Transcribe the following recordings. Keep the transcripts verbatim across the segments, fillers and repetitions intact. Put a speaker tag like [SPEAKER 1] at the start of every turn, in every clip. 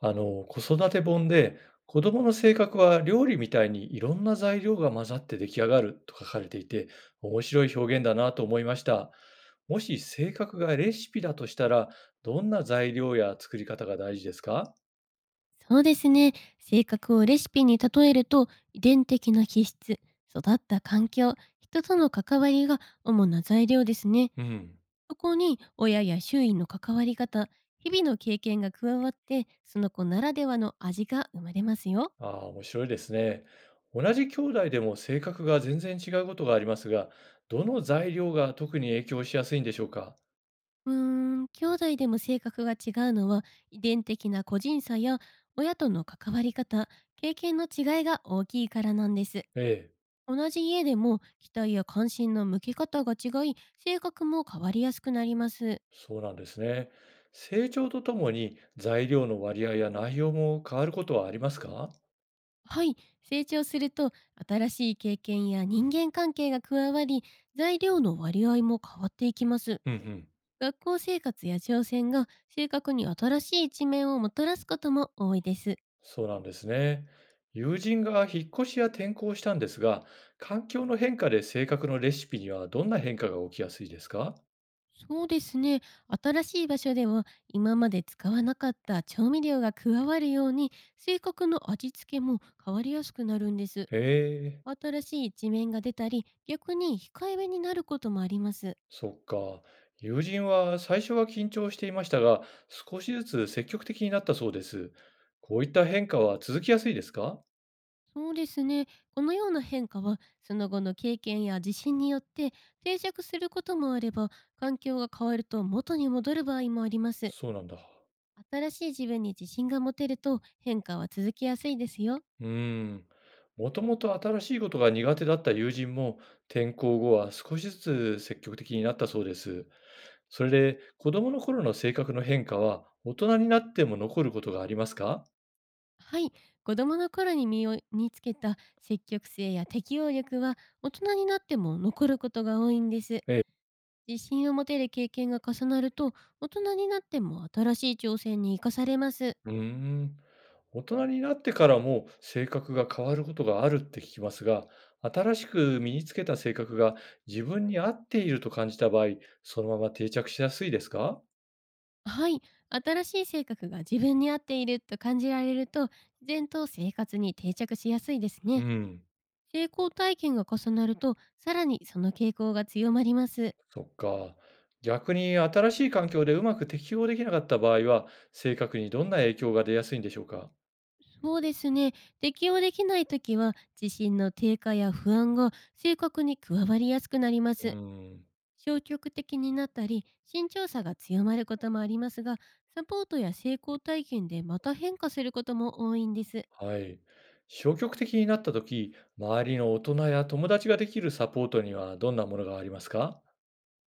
[SPEAKER 1] あの、子育て本で、子供の性格は料理みたいにいろんな材料が混ざって出来上がると書かれていて、面白い表現だなと思いました。もし性格がレシピだとしたら、どんな材料や作り方が大事ですか？
[SPEAKER 2] そうですね。性格をレシピに例えると、遺伝的な気質、育った環境、人との関わりが主な材料ですね。
[SPEAKER 1] うん。
[SPEAKER 2] そこに親や周囲の関わり方、日々の経験が加わって、その子ならではの味が生まれますよ。
[SPEAKER 1] ああ、面白いですね。同じ兄弟でも性格が全然違うことがありますが、どの材料が特に影響しやすいんでしょうか？
[SPEAKER 2] うーん、兄弟でも性格が違うのは、遺伝的な個人差や親との関わり方、経験の違いが大きいからなんです。
[SPEAKER 1] ええ。
[SPEAKER 2] 同じ家でも期待や関心の向け方が違い性格も変わりやすくなります。
[SPEAKER 1] そうなんですね。成長とともに材料の割合や内容も変わることはありますか？
[SPEAKER 2] はい。成長すると新しい経験や人間関係が加わり材料の割合も変わっていきます。
[SPEAKER 1] うんうん。
[SPEAKER 2] 学校生活や挑戦が性格に新しい一面をもたらすことも多いです。
[SPEAKER 1] そうなんですね。友人が引っ越しや転校したんですが、環境の変化で性格のレシピにはどんな変化が起きやすいですか？
[SPEAKER 2] そうですね。新しい場所では今まで使わなかった調味料が加わるように性格の味付けも変わりやすくなるんです。
[SPEAKER 1] へえ。
[SPEAKER 2] 新しい一面が出たり、逆に控えめになることもあります。
[SPEAKER 1] そっか。友人は最初は緊張していましたが、少しずつ積極的になったそうです。こういった変化は続きやすいですか？
[SPEAKER 2] そうですね。このような変化は、その後の経験や自信によって定着することもあれば、環境が変わると元に戻る場合もあります。
[SPEAKER 1] そうなんだ。
[SPEAKER 2] 新しい自分に自信が持てると変化は続きやすいですよ。
[SPEAKER 1] うーん。もともと新しいことが苦手だった友人も転校後は少しずつ積極的になったそうです。それで子供の頃の性格の変化は大人になっても残ることがありますか？
[SPEAKER 2] はい。子供の頃に身を身につけた積極性や適応力は大人になっても残ることが多いんです。
[SPEAKER 1] ええ。
[SPEAKER 2] 自信を持てる経験が重なると、大人になっても新しい挑戦に生かされます。
[SPEAKER 1] うーん。大人になってからも性格が変わることがあるって聞きますが、新しく身につけた性格が自分に合っていると感じた場合、そのまま定着しやすいですか？
[SPEAKER 2] はい、新しい性格が自分に合っていると感じられると、自然と生活に定着しやすいです
[SPEAKER 1] う
[SPEAKER 2] ね。
[SPEAKER 1] ん。
[SPEAKER 2] 成功体験が重なると、さらにその傾向が強まります。
[SPEAKER 1] そっか。逆に新しい環境でうまく適応できなかった場合は、性格にどんな影響が出やすいんでしょうか？
[SPEAKER 2] そうですね。適応できないときは、自信の低下や不安が性格に加わりやすくなりま
[SPEAKER 1] うー
[SPEAKER 2] す。
[SPEAKER 1] ん。
[SPEAKER 2] 消極的になったり慎重さが強まることもありますが、サポートや成功体験でまた変化することも多いんです。
[SPEAKER 1] はい。消極的になった時周りの大人や友達ができるサポートにはどんなものがありますか？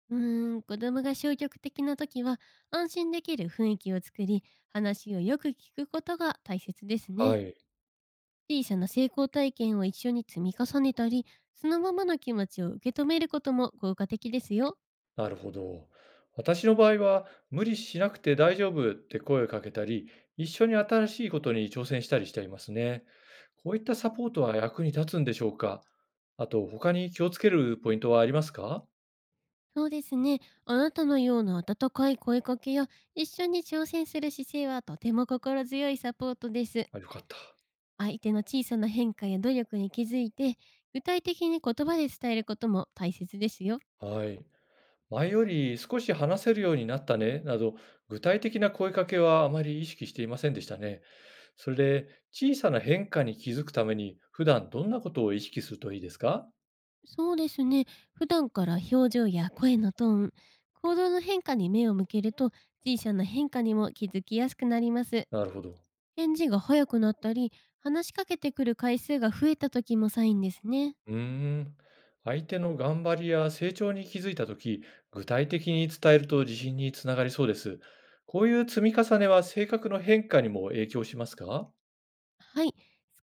[SPEAKER 2] うーん子供が消極的な時は、安心できる雰囲気を作り、話をよく聞くことが大切です
[SPEAKER 1] は
[SPEAKER 2] ね。
[SPEAKER 1] い。
[SPEAKER 2] 小さな成功体験を一緒に積み重ねたり、そのままの気持ちを受け止めることも効果的ですよ。
[SPEAKER 1] なるほど。私の場合は、無理しなくて大丈夫って声をかけたり、一緒に新しいことに挑戦したりしていますね。こういったサポートは役に立つんでしょうか？あと、他に気をつけるポイントはありますか？
[SPEAKER 2] そうですね。あなたのような温かい声かけや一緒に挑戦する姿勢はとても心強いサポートです。
[SPEAKER 1] あ、良かっ
[SPEAKER 2] 相手の小さな変化や努力に気づいて、具体的に言葉で伝えることも大切ですよ。
[SPEAKER 1] た。はい。前より少し話せるようになったね、など、具体的な声かけはあまり意識していませんでしたね。それで、小さな変化に気づくために、普段どんなことを意識するといいですか？
[SPEAKER 2] そうですね。普段から表情や声のトーン、行動の変化に目を向けると、小さな変化にも気づきやすくなります。
[SPEAKER 1] なるほど。
[SPEAKER 2] 返事が早くなったり、話しかけてくる回数が増えた時もサインですね。
[SPEAKER 1] うーん。相手の頑張りや成長に気づいたとき、具体的に伝えると自信につながりそうです。こういう積み重ねは性格の変化にも影響しますか？
[SPEAKER 2] はい。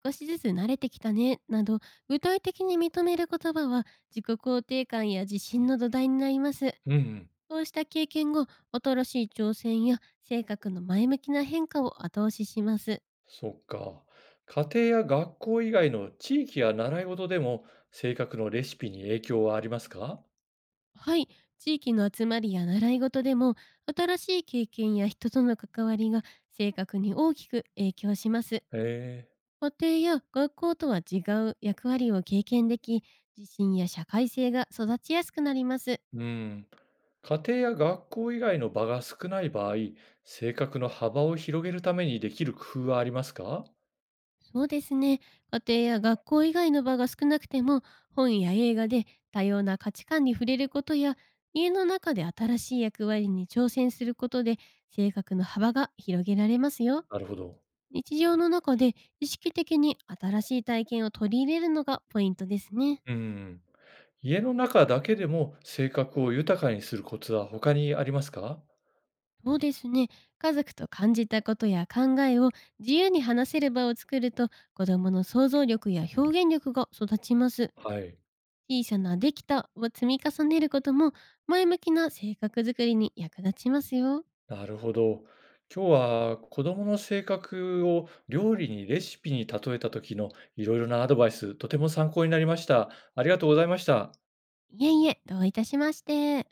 [SPEAKER 2] 少しずつ慣れてきたね、など、具体的に認める言葉は、自己肯定感や自信の土台になります。
[SPEAKER 1] うんうん。
[SPEAKER 2] そうした経験が新しい挑戦や性格の前向きな変化を後押しします。
[SPEAKER 1] そっか。家庭や学校以外の地域や習い事でも性格のレシピに影響はありますか？
[SPEAKER 2] はい、地域の集まりや習い事でも新しい経験や人との関わりが性格に大きく影響します。
[SPEAKER 1] へえ。
[SPEAKER 2] 家庭や学校とは違う役割を経験でき、自信や社会性が育ちやすくなります。
[SPEAKER 1] うん。家庭や学校以外の場が少ない場合、性格の幅を広げるためにできる工夫はありますか？
[SPEAKER 2] そうですね。家庭や学校以外の場が少なくても、本や映画で多様な価値観に触れることや、家の中で新しい役割に挑戦することで、性格の幅が広げられますよ。
[SPEAKER 1] なるほど。
[SPEAKER 2] 日常の中で意識的に新しい体験を取り入れるのがポイントですね。
[SPEAKER 1] うん。家の中だけでも性格を豊かにするコツは他にありますか？
[SPEAKER 2] そうですね。家族と感じたことや考えを自由に話せる場を作ると、子供の想像力や表現力が育ちます。
[SPEAKER 1] はい。
[SPEAKER 2] 小さなできたを積み重ねることも前向きな性格づくりに役立ちますよ。
[SPEAKER 1] なるほど。今日は子供の性格を料理にレシピに例えた時のいろいろなアドバイス、とても参考になりました。ありがとうございました。
[SPEAKER 2] いえいえ、どういたしまして。